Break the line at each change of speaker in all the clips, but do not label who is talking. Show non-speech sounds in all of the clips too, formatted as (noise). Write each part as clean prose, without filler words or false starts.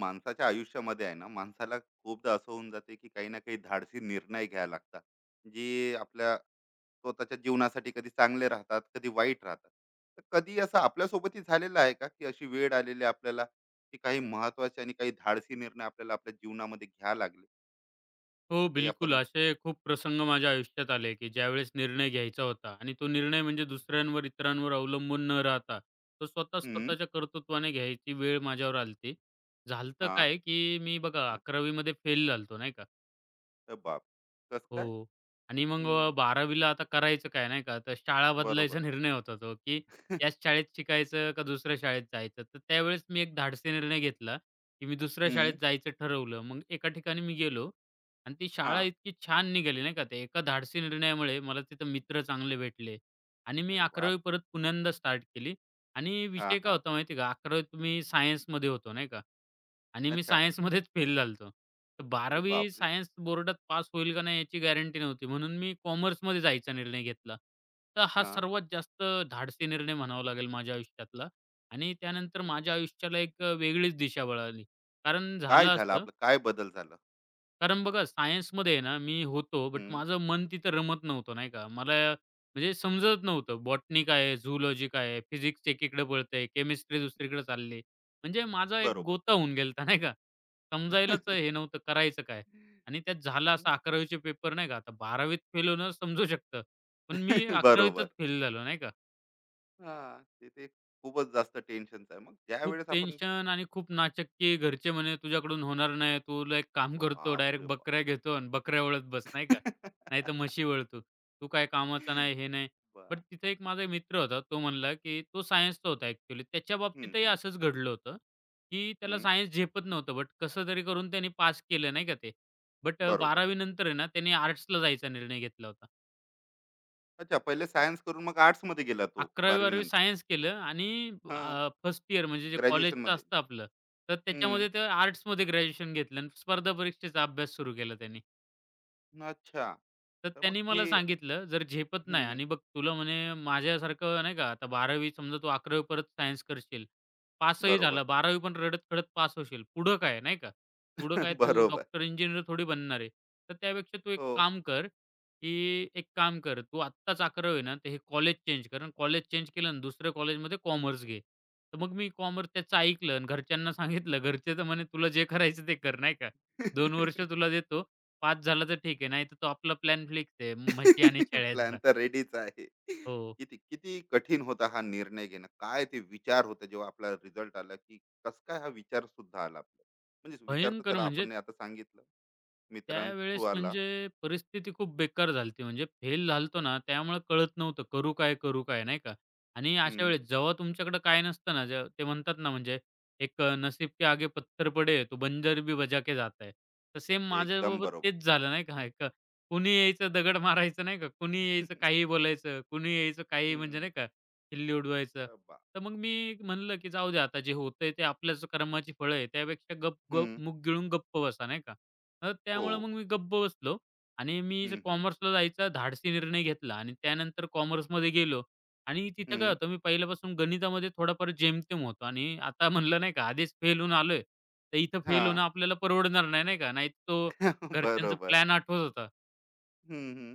माणसाच्या आयुष्यामध्ये आहे ना, माणसाला खूपदा असं होऊन जाते की काही ना काही धाडसी निर्णय घ्यायला लागतात, जे आपल्या स्वतःच्या जीवनासाठी कधी चांगले राहतात कधी वाईट राहतात. तर कधी असं आपल्यासोबतही झालेलं आहे का, की अशी वेळ आलेली आहे आपल्याला, की काही महत्वाचे आणि काही धाडसी निर्णय आपल्याला आपल्या जीवनामध्ये घ्या लागले?
हो,
काही
बिलकुल.
आपण.
असे खूप प्रसंग माझ्या आयुष्यात आले, की ज्यावेळेस निर्णय घ्यायचा होता आणि तो निर्णय म्हणजे दुसऱ्यांवर, इतरांवर अवलंबून न राहता, तो स्वतः
हम्म.
स्वतःच्या कर्तृत्वाने घ्यायची वेळ माझ्यावर आली होती. झालं तर
हा.
काय, की मी बघा
नक्की.
11वी मध्ये फेल झालो होतो, नाही का.
बाप कस काय?
हो. आणि मग
हम्म.
12वी आता करायचं काय नाही का, तर शाळा
बरोबर.
बदलायचा निर्णय होता तो, की याच
(laughs)
शाळेत शिकायचं का दुसऱ्या शाळेत जायचं. तर त्यावेळेस मी एक धाडसी निर्णय घेतला, की मी दुसऱ्या शाळेत
हम्म.
जायचं ठरवलं. मग एका ठिकाणी मी गेलो आणि ती
हा.
शाळा इतकी छान निघाली नाही का, ते एका धाडसी निर्णयामुळे मला तिथं मित्र चांगले भेटले आणि मी
अरे वा.
11वी परत पुन्यांदा स्टार्ट केली आणि
हा,
विषय काय
हा.
होता माहिती आहे का, 11वीत मी सायन्समध्ये होतो नाही का. आणि मी
अच्छा.
सायन्समध्येच फेल झालो होतो. तर
अरे
12वी
बापरे.
सायन्स बोर्डात पास होईल का नाही याची गॅरंटी नव्हती. म्हणून मी कॉमर्समध्ये जायचा निर्णय घेतला. तर हा
हा.
सर्वात जास्त धाडसी निर्णय म्हणावा लागेल माझ्या आयुष्यातला आणि त्यानंतर माझ्या आयुष्याला एक वेगळीच दिशा मिळाली. कारण
काय
झालं
झालं
असं
आपलं, काय बदल झालं?
कारण बघा सायन्समध्ये ना मी होतो, बट
हं.
माझं मन तिथं रमत नव्हतं नाही का. मला म्हणजे समजत नव्हतं. बॉटनी काय आहे, झूलॉजी काय आहे, फिजिक्स एकीकडे पळतंय, केमिस्ट्री दुसरीकडे चालली. म्हणजे माझा एक
बरोबर.
गोता होऊन गेलता नाही का. समजायलाच हे
(laughs)
नव्हतं करायचं काय? आणि त्यात झालं असं 11वी पेपर नाही का, आता 12वी त फेल होणं समजू शकतं. पण मी 11वी
बरोबर.
फेल झालो नाही का.
हां, ते तर एक खूपच जास्त टेन्शनच आहे. मग
खूप
ज्यावेळेस आपण.
टेन्शन आणि खूप नाचक्की. घरचे म्हणे, "तुझ्याकडून होणार नाही. तुला एक काम करतो, डायरेक्ट
बापरे बाप!
बकऱ्या घेतो आणि बकऱ्या वळत बस, नाही का? नाहीतर
(laughs)
म्हशी वळ तू. काय कामाचा नाही, हे नाही." बट
बा
तिथे एक माझा मित्र होता. तो म्हणला, की तो सायन्सचा होता ॲक्चुअली. त्याच्या
हं,
बाबतीतही
हं,
असंच घडलं होतं, की त्याला
हं.
सायन्स झेपत नव्हतं. बट कसं तरी करून त्याने पास केलं, नाही का ते. बट अ,
बरोबर.
नंतर आहे ना, त्याने आर्ट्सला जायचा निर्णय घेतला होता.
अच्छा, पहिले सायन्स करून मग आर्ट्समध्ये गेला तो 12वी
11वी-12वी
नंतर.
सायन्स केलं आणि
हां,
फर्स्ट इयर म्हणजे जे कॉलेजचं
ग्रॅज्युएशनमध्ये.
असतं आपलं, तर
हं,
त्याच्यामध्ये ते आर्ट्समध्ये ग्रॅज्युएशन घेतलं आणि स्पर्धा परीक्षेचा अभ्यास सुरू केला त्यांनी.
अच्छा.
तर
तर मग
त्यांनी
हे.
मला सांगितलं, "जर झेपत
हं,
नाही
हं.
आणि बघ तुला म्हणे माझ्यासारखं नाही का आता बारावी समजा तू 11वी परत सायन्स करशील, पासही
बरोबर.
झाला, बारावी पण रडत-खडत पास होशील. पुढं काय नाही का? पुढं काय
(laughs)
तू
बरोबर.
डॉक्टर, इंजिनिअर थोडी बनणार आहे. तर त्यापेक्षा तू एक
हो.
काम कर, की एक काम कर तू आत्ताच 11वी ना, तर हे कॉलेज चेंज कर कॉलेज चेंज केलं ना दुसऱ्या कॉलेजमध्ये कॉमर्स घे." तर मग मी कॉमर्स त्याचं ऐकलं आणि घरच्यांना सांगितलं. घरचे तर म्हणे, "तुला जे करायचं ते कर नाही का? 2 वर्ष
(laughs)
तुला देतो 5 झाला तर ठीक आहे. नाहीतर तो आपला प्लॅन फिक्स आहे. म्हशी आणि
(laughs) प्लॅन
शेळ्यांचा.
तर रेडीच आहे.
हो.
किती किती कठीण होता हा निर्णय घेणं. काय ते विचार होते जेव्हा आपला रिझल्ट आला, की कसं काय हा विचार सुद्धा आला आपल्याला? म्हणजे विचार तर
भयंकर
चला, आपण
म्हणजे
नाही आता सांगितलं. मित्रां थ्रू
त्यावेळेस
आला.
म्हणजे परिस्थिती खूप बेकार झाली होती. म्हणजे फेल झालो होतो ना, त्यामुळे कळत नव्हतं करू काय, करू काय, नाही का? आणि अशा
हं,
वेळेस जेव्हा तुमच्याकडे काय नसतं ना, जे ते म्हणतात ना, म्हणजे एक नसीब के आगे पत्थर पडे तो बंजर भी बजा के जाता है. तर सेम
एकदम
माझ्याबाबत
बरोबर.
तेच झालं, नाही का? एक कुणी यायचं दगड मारायचं, नाही का? कुणी यायचं काहीही बोलायचं, कुणी यायचं काही म्हणजे नाही
हं,
का, खिल्ली उडवायचं.
बा
तर मग मी म्हणलं, की जाऊ दे आता जे होतंय ते आपल्याच कर्माची फळं आहे. त्यापेक्षा गप, गप,
हं,
मूग गिळून गप्प बसा, नाही का? तर
हो.
त्यामुळे मग मी गप्प बसलो आणि मी जे
हं, हं,
कॉमर्सला जायचा धाडसी निर्णय घेतला आणि त्यानंतर कॉमर्समध्ये गेलो आणि तिथं काय
हं,
होतं, मी पहिल्यापासून गणितामध्ये थोडाफार जेमतेम होतो आणि आता म्हणलं नाही का, आधीच फेल होऊन आलोय, तर इथं फेल
हां.
होणं आपल्याला परवडणार नाही, नाही का. नाही तो
(laughs)
घरच्यांचा
बरोबर.
प्लॅन आठवत होता.
हं, हं.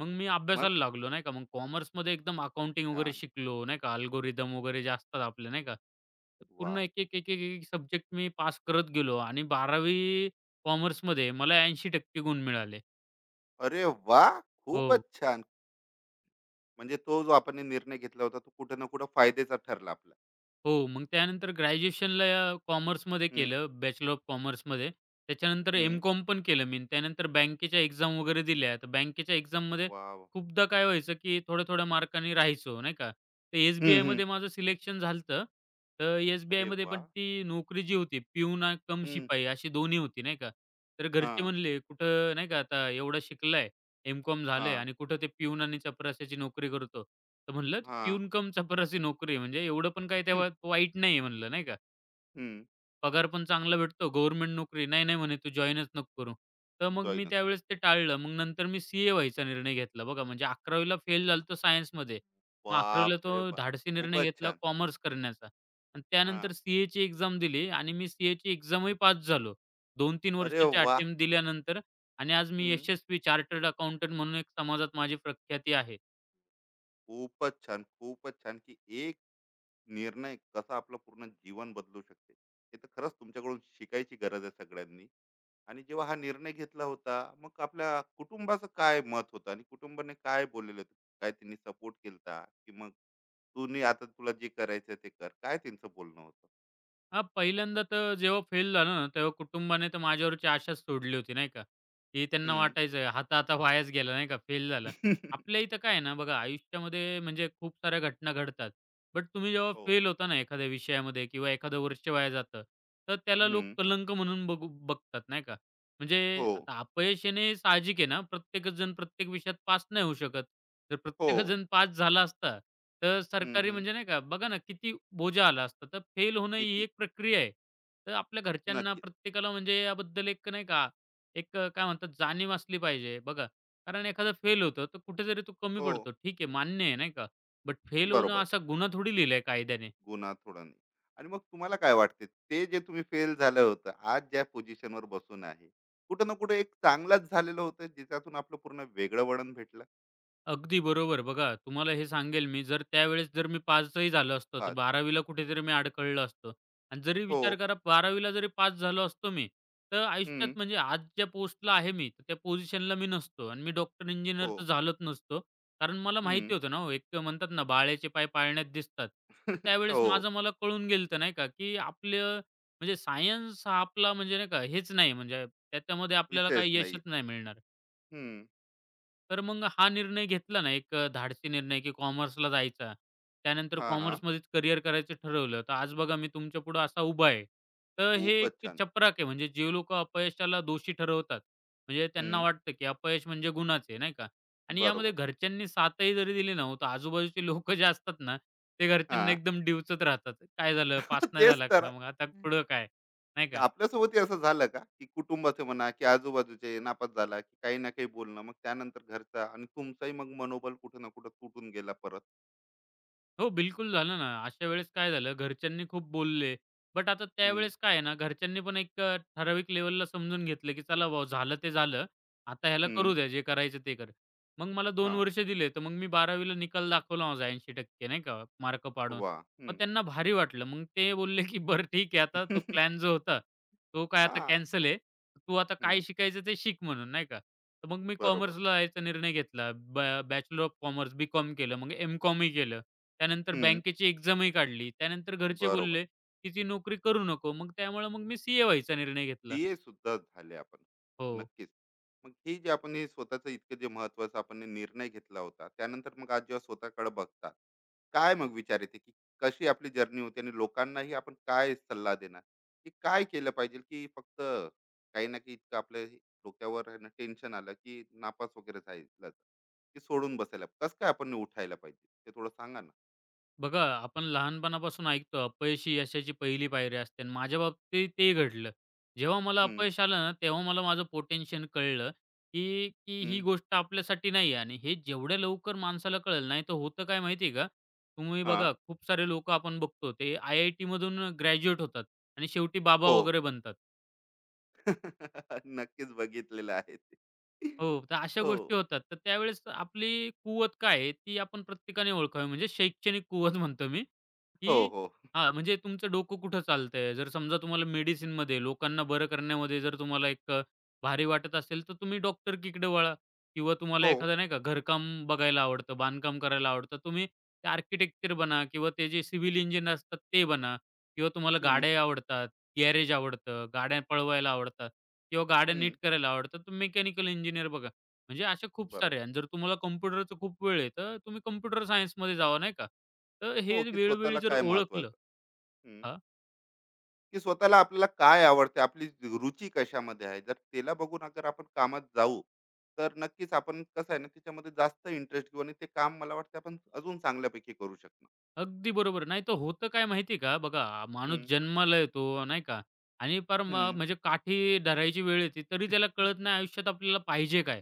मग मी
मग?
अभ्यासाला लागलो नाही का. मग कॉमर्समध्ये एकदम अकाउंटिंग वगैरे
छान.
शिकलो नाही का. अल्गोरिदम वगैरे जे असतात आपले नाही का. तर पूर्ण
वाह!
एक सब्जेक्ट मी पास करत गेलो आणि 12वी कॉमर्समध्ये मला 80% गुण मिळाले.
अरे वा. खूपच
हो.
छान. म्हणजे तो जो आपण निर्णय घेतला होता, तो कुठे ना कुठे फायद्याचा ठरला आपला.
हो, मग त्यानंतर ग्रॅज्युएशनला कॉमर्समध्ये
हं,
केलं, बॅचलर ऑफ कॉमर्समध्ये. त्याच्यानंतर
हं.
एम-कॉम पण केलं मी. त्यानंतर बँकेच्या एक्झाम वगैरे दिल्या. तर बँकेच्या एक्झाममध्ये
वाव!
खूपदा काय व्हायचं, की थोड्या-थोड्या मार्कांनी राहायचो, नाही का. तर
हं, हं.
एस-बी-आयमध्ये माझं सिलेक्शन झालं होतं. तर
अरे
एस-बी-आयमध्ये पण
वाह!
ती नोकरी जी होती, पिऊन कम
हं.
शिपाई अशी दोन्ही होती, नाही का. तर घरचे
हां,
म्हणले, "कुठं नाही का आता एवढा शिकला एम-कॉम झालंय
हां,
आणि कुठं ते पिऊन आणि चपराशाची नोकरी करतो. तर म्हणलं,
हां.
"पिऊन कम चपराशी नोकरी" म्हणजे एवढं पण काही
हं,
तेव्हा वाईट नाही आहे म्हणलं, नाही का?
हं.
पगार पण चांगला भेटतो, गव्हर्नमेंट नोकरी. नाही, नाही म्हणे तू जॉइनच नको करू. तर मग मी
जॉइनच नको.
त्यावेळेस ते टाळलं. मग नंतर मी सी-ए व्हायचा निर्णय घेतला बघा. म्हणजे 11वीला फेल झालतो सायन्समध्ये. मग 11वीला
बाप रे
तो
बाप!
धाडसी निर्णय
खूपच
घेतला
छान.
कॉमर्स करण्याचा आणि
हां.
त्यानंतर सी-एची एक्झाम दिली आणि मी सी-एची एक्झामही पास झालो. 2-3
अरे
वर्षाचे
वाह!
अटेम्प्ट दिल्यानंतर आणि आज मी
हं.
यशस्वी चार्टर्ड अकाउंटंट म्हणून एक समाजात माझी प्रख्याती आहे.
खूपच छान, खूपच छान, की एक निर्णय कसा आपलं पूर्ण जीवन बदलू शकते. हे तर खरंच तुमच्याकडून शिकायची गरज आहे सगळ्यांनी. आणि जेव्हा हा निर्णय घेतला होता, मग आपल्या कुटुंबाचं काय मत होतं आणि कुटुंबाने काय बोललेलं होतं? काय त्यांनी सपोर्ट केलता, की मग तू नी आता तुला जे करायचं ते कर, काय त्यांचं बोलणं होतं?
हां, पहिल्यांदा तर जेव्हा फेल झालं ना, तेव्हा कुटुंबाने तर माझ्यावरची आशाच सोडली होती नाही का, की त्यांना
हम्म.
वाटायचं हाता-हाता वायाच गेला नाही का, फेल झाला.
(laughs)
आपल्या इथं काय आहे ना बघा, आयुष्यामध्ये म्हणजे खूप साऱ्या घटना घडतात. बट तुम्ही जेव्हा
हो.
फेल होता ना एखाद्या विषयामध्ये किंवा एखादं वर्ष वाया जातं, तर त्याला लोक
हम्म.
कलंक म्हणून बघतात नाही का. म्हणजे
हो.
आता अपयश येणे साहजिक आहे ना, प्रत्येकच जण प्रत्येक विषयात पास नाही होऊ शकत. जर
हो.
प्रत्येकच जण पास झाला असता, तर
हम्म,
सरकारी
हम्म.
म्हणजे नाही का, बघा ना किती बोजा आला असता. तर फेल होणं ही
किती.
एक प्रक्रिया आहे. तर आपल्या घरच्यांना
नक्की.
प्रत्येकाला म्हणजे याबद्दल एक नाही का, एक काय म्हणतात जाणीव असली पाहिजे. बघा, कारण एखादा फेल होतो, तर कुठेतरी तो कमी
हो.
पडतो. ठीक आहे, मान्य आहे नाही का. बट फेल होणं
बरोबर.
असा गुन्हा थोडी लिहिलाय कायद्याने.
गुन्हा थोडा नाही. आणि मग तुम्हाला काय वाटते, ते जे तुम्ही फेल झालं होतं, आज ज्या पोझिशनवर बसून आहे, कुठं ना कुठं एक चांगलाच झालेलं होतं, ज्याच्यातून आपलं पूर्ण वेगळं वळण भेटलं.
अगदी बरोबर. बघा, तुम्हाला हे सांगेल मी, जर त्यावेळेस जर मी 5 ही झालो असतो, तर
पाच.
12वी ला कुठेतरी मी अडकळलो असतो. आणि जरी
हो.
विचार करा 12वी ला जरी पास झालो असतो मी, तर आयुष्यात म्हणजे आज ज्या पोस्टला आहे मी, तर त्या पोझिशनला मी नसतो आणि मी डॉक्टर, इंजिनिअर तर
हो.
झालोच नसतो. कारण मला
हं.
माहिती होतं ना हो, एक म्हणतात ना, "बाळ्याचे पाय पाळण्यात दिसतात." तर
(laughs)
त्यावेळेस
हो.
माझं मला कळून गेलं तर नाही का, की आपलं म्हणजे सायन्स हा आपला म्हणजे नाही का, हेच नाही म्हणजे त्याच्यामध्ये आपल्याला
विषयच
काही
नाही.
यशच नाही मिळणार.
हं.
तर मग हा निर्णय घेतला ना एक धाडसी निर्णय, की कॉमर्सला जायचा. त्यानंतर
हां, हां.
कॉमर्समध्येच करियर करायचं ठरवलं. तर आज बघा मी तुमच्या पुढं असा उभा आहे. तर हे
खूपच
एक
छान.
चपराक आहे म्हणजे जे लोकं अपयशाला दोषी ठरवतात. म्हणजे त्यांना
हं.
वाटतं, की अपयश म्हणजे गुन्हाच आहे नाही का? आणि यामध्ये
बरोबर.
घरच्यांनी साथही जरी दिली ना हो, तर आजूबाजूचे लोकं जे असतात ना, ते घरच्यांना
हां.
एकदम डिवचत राहतात. काय झालं? पास
(laughs)
नाही
तेच
झाला
तर.
का? मग आता
हम्म.
पुढं काय? नाही का?
आपल्यासोबतही असं झालं का, की कुटुंबाचं म्हणा, की आजूबाजूचे नापास झाला, की काही ना काही बोलणं, मग त्यानंतर घरचा आणि तुमचाही मग मनोबल कुठं ना कुठं तुटून गेला परत?
हो, बिलकुल झालं ना. अशा वेळेस काय झालं, घरच्यांनी खूप बोलले. बट आता
हं,
त्यावेळेस काय आहे ना, घरच्यांनी पण एक ठराविक लेव्हलला समजून घेतलं, की चला बुवा झालं ते झालं. आता ह्याला
हं.
करू द्या, जे करायचं ते कर. मग मला दोन
हां.
वर्ष दिले, तर मग मी 12वीला निकाल दाखवला माझा 80% नाही का, मार्क पाडून.
वाह!
मग
हं.
त्यांना भारी वाटलं. मग ते बोलले, की "बरं ठीक आहे, आता तो प्लॅन जो होता, तो काय आता
हां. हं. (laughs)
कॅन्सल आहे. तू आता काय शिकायचं ते शिक" म्हणून नाही का. तर मग मी
बरोबर.
कॉमर्सला यायचा निर्णय घेतला. बॅचलर ऑफ कॉमर्स बी-कॉम केलं, मग एम-कॉमही केलं. त्यानंतर
हं.
बँकेची एक्झामही काढली. त्यानंतर घरचे
बरोबर.
बोलले, की "ती नोकरी करू नको." मग त्यामुळे मग मी सीए व्हायचा निर्णय घेतला.
ते सुद्धा झाले आपण.
हो.
नक्कीच. मग हे जे आपण स्वतःचं इतकं जे महत्त्वाचं आपण हे निर्णय घेतला होता, त्यानंतर मग आज जेव्हा स्वतःकडे बघतात, काय मग विचार येते, की कशी आपली जर्नी होती आणि लोकांनाही आपण काय सल्ला देणार, की काय केलं पाहिजे, की फक्त काही ना काही इतकं आपल्या हे डोक्यावर आहे ना, टेन्शन आलं, की नापास वगैरे झालं, की सोडून बसायला कसं काय आपण उठायला पाहिजे? ते थोडं सांगा ना?
बघा आपण लहानपणापासून ऐकतो अपयश ही यशाची पहिली पायरी असते आणि माझ्या बाबतीत ते घडलं. जेव्हा मला
हं,
अपयश आलं ना, तेव्हा मला माझं पोटेन्शियल कळलं, की की ही
हं.
गोष्ट आपल्यासाठी नाही आहे आणि हे जेवढ्या लवकर माणसाला कळेल नाहीतर होतं काय माहिती आहे का? तुम्ही
हां.
बघा खूप सारे लोकं आपण बघतो ते आय-आय-टीमधून ग्रॅज्युएट होतात आणि शेवटी बाबा
हो.
वगैरे बनतात.
(laughs) नक्कीच बघितलेलं आहे ते.
हो, तर अशा
हो.
गोष्टी होतात. तर त्यावेळेस आपली कुवत काय आहे, ती आपण प्रत्येकाने ओळखावी. म्हणजे शैक्षणिक कुवत म्हणतो मी, की
हो, हो.
हां, म्हणजे तुमचं डोकं कुठं चालतंय. जर समजा तुम्हाला मेडिसिनमध्ये, लोकांना बरं करण्यामध्ये जर तुम्हाला एक भारी वाटत असेल, तर तुम्ही डॉक्टरकीकडे वळा किंवा तुम्हाला
हो.
एखादं नाही का घरकाम बघायला आवडतं, बांधकाम करायला आवडतं, तुम्ही आर्किटेक्चर बना किंवा ते जे सिव्हिल इंजिनियर असतात ते बना. किंवा तुम्हाला
हं,
गाड्या आवडतात, गॅरेज आवडतं, गाड्या पळवायला आवडतात किंवा गाड्या
हं.
नीट करायला आवडतात, तर मेकॅनिकल इंजिनिअर बघा. म्हणजे असे खूप
बरोबर.
सारे आहे आणि जर तुम्हाला कॉम्प्युटरचं खूप वेळ आहे, तर तुम्ही कॉम्प्युटर सायन्समध्ये जावा, नाही का? तर
हो,
हे
की
वेळोवेळी
स्वतःला
जर
काय
ओळखलं
महत्वाचं. हं.
हां.
की स्वतःला आपल्याला काय आवडते, आपली रुची कशामध्ये आहे. जर त्याला बघून अगर आपण कामात जाऊ, तर नक्कीच आपण कसं आहे ना, त्याच्यामध्ये जास्त इंटरेस्ट घेऊ आणि ते काम मला वाटतं आपण अजून चांगल्यापैकी करू शकणार.
अगदी बरोबर. नाही तर होतं काय माहिती आहे का? बघा माणूस
हं,
जन्माला येतो, नाही का? आणि पार
हं.
म्हणजे काठी धरायची वेळ येते तरी त्याला कळत नाही आयुष्यात आपल्याला पाहिजे काय?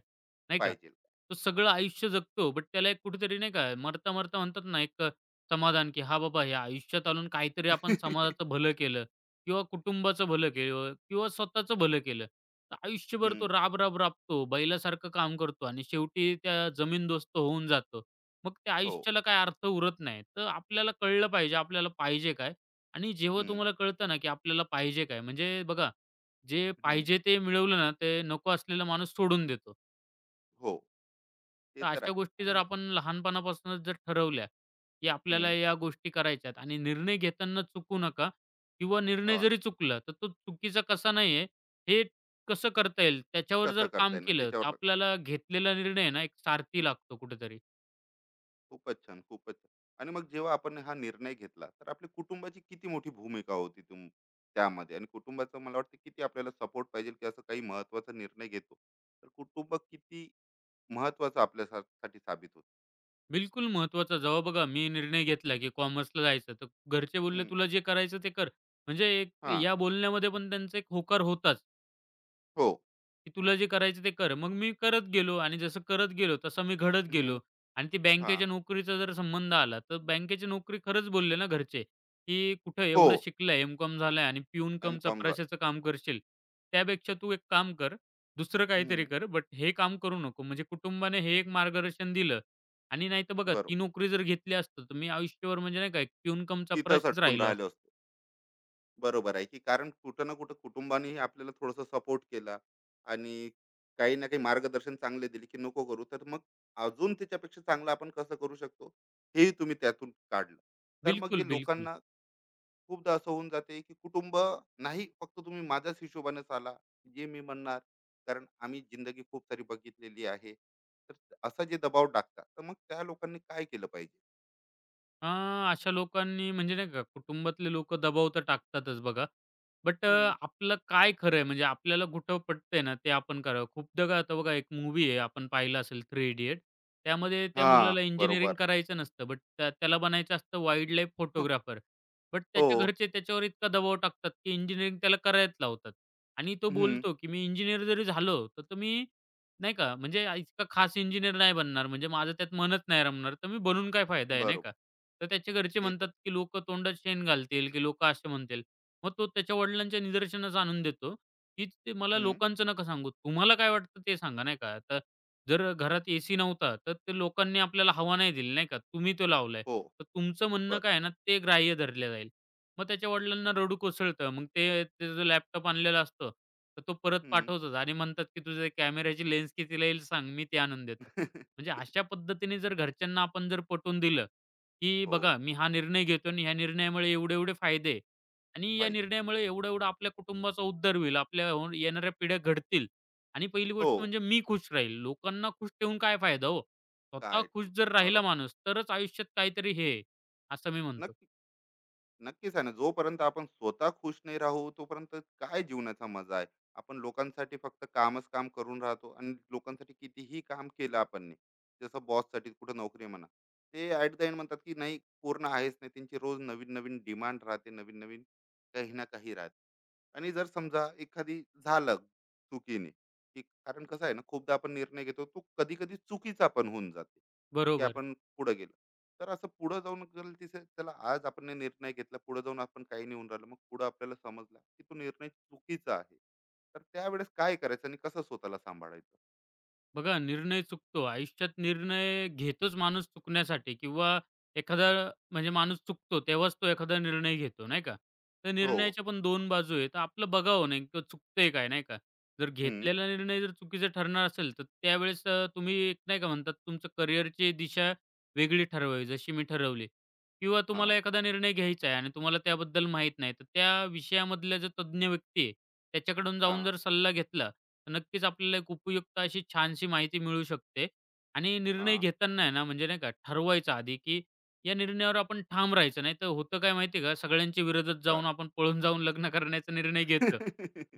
नाही का?
पाहिजे.
तो सगळं आयुष्य जगतो बट त्याला एक कुठेतरी नाही का मरता-मरता म्हणतात ना एक समाधान, की "हां बाबा, हे आयुष्यात आणून काहीतरी आपण
(laughs)
समाजाचं भलं केलं किंवा कुटुंबाचं भलं केलं किंवा स्वतःचं भलं केलं." तर आयुष्यभर तो
हं.
राब-राब राबतो, बैलासारखं काम करतो आणि शेवटी त्या जमीनदोस्त होऊन जातो. मग त्या
हो.
आयुष्याला काय अर्थ उरत नाही. तर आपल्याला कळलं पाहिजे, आपल्याला पाहिजे काय? आणि जेव्हा
हं,
तुम्हाला कळतं ना, की आपल्याला पाहिजे काय? म्हणजे बघा, जे
हं.
पाहिजे ते मिळवलं ना, ते नको असलेला माणूस सोडून देतो.
हो. ते
तर
तर
अशा
आहे.
गोष्टी
आणि.
जर आपण लहानपणापासूनच जर ठरवल्या, की आपल्याला
हं.
या गोष्टी करायच्यात आणि निर्णय घेताना चुकू नका किंवा निर्णय
हां.
जरी चुकला, तर तो चुकीचा कसा नाही आहे, हे कसं करता येईल, त्याच्यावर
कसं
जर
करता
काम
येणार
केलं, तर
त्याच्यावर लक्ष.
आपल्याला घेतलेला निर्णय ना, एक सारथी लागतो कुठेतरी.
खूपच छान, खूपच छान. आणि मग जेव्हा आपण हा निर्णय घेतला, तर आपली कुटुंबाची किती मोठी भूमिका होती त्यामध्ये? आणि कुटुंबाचं मला वाटतं किती आपल्याला सपोर्ट पाहिजे, की असं काही महत्त्वाचा निर्णय घेतो, तर कुटुंब किती महत्त्वाचं साठी साबित होतं?
बिलकुल महत्वाचा जेव्हा बघा मी निर्णय घेतला, की कॉमर्सला जायचं, तर घरचे बोलले,
हं,
"तुला जे करायचं ते कर." म्हणजे एक
हां,
या बोलण्यामध्ये पण त्यांचा एक होकार होताच.
हो,
की तुला जे करायचं ते कर. मग मी करत गेलो आणि जसं करत गेलो, तसं मी घडत
हं,
गेलो. आणि ती
हां,
बँकेच्या नोकरीचा जर संबंध आला, तर बँकेची नोकरी खरंच बोलले ना घरचे, की "कुठं
हो.
एवढं शिकलाय, एम.कॉम झालाय आणि पिऊन कम
एम-कॉम झा
चपराशाचं काम करशील. त्यापेक्षा तू एक काम कर, दुसरं काहीतरी कर, बट हे काम करू नको." म्हणजे कुटुंबाने हे एक मार्गदर्शन दिलं आणि नाहीतर बघा
बरोबर.
ती नोकरी जर घेतली असती, तर मी आयुष्यभर म्हणजे नाही का एक पिऊन कम
तिथंच
चपराशीच
अटकून
राहिलो असतो.
राहिलो. बरोबर आहे, की कारण कुठं ना कुठं कुटुंबानेही आपल्याला थोडंसं सपोर्ट केला आणि काही ना काही मार्गदर्शन चांगले दिले, की नको करू. तर मग अजून त्याच्यापेक्षा चांगलं आपण कसं करू शकतो, हेही तुम्ही त्यातून काढलं. तर मग
बिलकुल,
जे
बिलकुल.
लोकांना खूपदा असं होऊन जाते, की कुटुंब नाही, फक्त तुम्ही माझ्याच हिशोबाने चाला, जे मी म्हणणार. कारण आम्ही जिंदगी खूप सारी बघितलेली आहे. तर असा जे दबाव टाकतात, तर मग त्या लोकांनी काय केलं पाहिजे?
अ, अशा लोकांनी म्हणजे नाही का कुटुंबातले लोकं दबाव तर टाकतातच बघा. बट अ,
हं.
आपलं काय खरं आहे म्हणजे आपल्याला कुठं पटतंय ना ते आपण करावं. खूपदा काय होतं बघा एक मूव्ही आहे आपण पाहिला असेल थ्री इडियट. त्यामध्ये त्या
हां,
मुलाला इंजिनिअरिंग
बरोबर.
करायचं नसतं बट त्याला बनायचं असतं वाईल्ड लाईफ
(laughs)
फोटोग्राफर. बट
हो.
त्याच्या घरचे त्याच्यावर इतका दबाव टाकतात की इंजिनिअरिंग त्याला करायला लावतात आणि तो
हं,
बोलतो की "मी इंजिनिअर जरी झालो तर तुम्ही नाही का, म्हणजे इतका खास इंजिनिअर नाही बनणार, म्हणजे माझं त्यात मनच नाही रमणार, तर मी बनून काय फायदा आहे, नाही
बरोबर.
का? तर त्याचे घरचे
ते तर.
म्हणतात, की लोकं तोंडात शेण घालतील, की लोकं असे म्हणतील. मग तो त्याच्या वडिलांच्या निदर्शनास आणून देतो, की ते मला लोकांचं नका सांगू. तुम्हाला काय वाटतं ते सांगा, नाही का? तर जर घरात एसी नव्हता, तर ते लोकांनी आपल्याला हवा नाही दिली, नाही का? तुम्ही तो लावलाय.
हो,
तर तुमचं म्हणणं
बरोबर.
काय आहे ना, ते ग्राह्य धरलं जाईल. मग त्याच्या वडिलांना रडू कोसळतं. मग ते त्याचा जो लॅपटॉप आणलेला असतो, तर तो परत
हं.
पाठवतोच आणि म्हणतात, की "तुझ्या कॅमेऱ्याची लेन्स कितीला येईल सांग, मी ते आणून देतो."
(laughs)
म्हणजे अशा पद्धतीने जर घरच्यांना आपण जर पटवून दिलं, की
हो,
बघा मी हा निर्णय घेतो आणि ह्या निर्णयामुळे एवढे-एवढे फायदे आहे आणि या
फायदे.
निर्णयामुळे एवढा-एवढा आपल्या कुटुंबाचा उद्धार होईल, आपल्या हो येणाऱ्या पिढ्या घडतील आणि पहिली
हो,
गोष्ट म्हणजे मी खुश राहील. लोकांना खुश ठेवून काय फायदा हो? स्वतः
काय
खुश
ठेवू?
जर राहिला
बरोबर.
माणूस, तरच आयुष्यात काहीतरी हे आहे, असं मी म्हणतो.
नक्की. नक्कीच आहे ना, जोपर्यंत आपण स्वतः खुश नाही राहू तोपर्यंत काय जीवनाचा मजा आहे? आपण लोकांसाठी फक्त कामच काम करून राहतो आणि लोकांसाठी कितीही काम केलं आपण, नाही जसं बॉससाठी कुठं नोकरी म्हणा, ते ॲट द एंड म्हणतात की नाही, पूर्ण आहेच नाही त्यांची, रोज नवीन नवीन डिमांड राहते, नवीन नवीन काही ना काही राहते. आणि जर समजा एखादी झालं चुकीने, की कारण कसं आहे ना, खूपदा आपण निर्णय घेतो, तो कधी कधी चुकीचा पण होऊन जातो, की
बरोबर.
आपण पुढे गेलो, तर असं पुढे जाऊन गेलं तिथे त्याला, आज आपण हे निर्णय घेतला, पुढे जाऊन आपण काही नाही होऊन राहिलं, मग पुढे आपल्याला समजला, की तो निर्णय चुकीचा आहे, तर त्यावेळेस काय करायचं आणि कसं स्वतःला सांभाळायचं?
बघा निर्णय चुकतो. आयुष्यात निर्णय घेतोच माणूस चुकण्यासाठी किंवा एखादा म्हणजे माणूस चुकतो तेव्हाच तो एखादा निर्णय घेतो, नाही का? तर
हो.
निर्णयाच्या पण 2 बाजू आहे. तर आपलं बघावं नेमकं चुकतंय काय, नाही का? जर
हम्म.
घेतलेला निर्णय जर चुकीचा ठरणार असेल, तर त्यावेळेस तुम्ही एक नाही का म्हणतात तुमचं करिअरची दिशा वेगळी ठरवावी जशी मी ठरवली किंवा तुम्हाला
हा.
एखादा निर्णय घ्यायचा आहे आणि तुम्हाला त्याबद्दल माहीत नाही, तर त्या विषयामधल्या जो तज्ञ व्यक्ती आहे त्याच्याकडून जाऊन
हा.
जर सल्ला घेतला नक्कीच आपल्याला एक उपयुक्त अशी छानशी माहिती मिळू शकते आणि निर्णय
हा.
घेताना आहे ना, म्हणजे नाही का ठरवायचं आधी, की या निर्णयावर आपण ठाम राहायचं. नाहीतर होतं काय माहिती का, सगळ्यांच्या विरोधात
काय?
जाऊन आपण पळून जाऊन लग्न करण्याचा निर्णय
(laughs)
घेतो.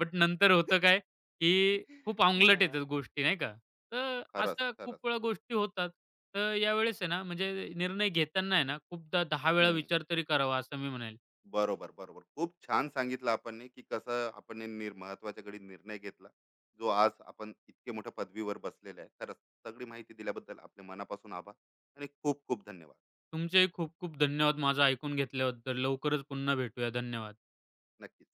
बट नंतर होतं काय, की खूप अवंगलट
हा,
येतात गोष्टी नाही का. तर
खरंच,
अशा खूप
खरंच.
वेळा गोष्टी होतात. तर यावेळेस आहे ना, म्हणजे निर्णय घेताना आहे ना, खूपदा 10 वेळा
हम्म.
विचार तरी करावा असं मी म्हणेल.
बरोबर, बरोबर. खूप छान सांगितलं आपण ने, की कसं आपण ने महत्त्वाच्या घडी निर्णय घेतला, जो आज आपण इतके मोठ्या पदवीवर बसलेले आहे. खरंच सगळी माहिती दिल्याबद्दल आपल्या मनापासून आभार आणि खूप खूप धन्यवाद.
तुमचेही खूप खूप धन्यवाद माझं ऐकून घेतल्याबद्दल. लवकरच पुन्हा भेटूया. धन्यवाद.
नक्कीच.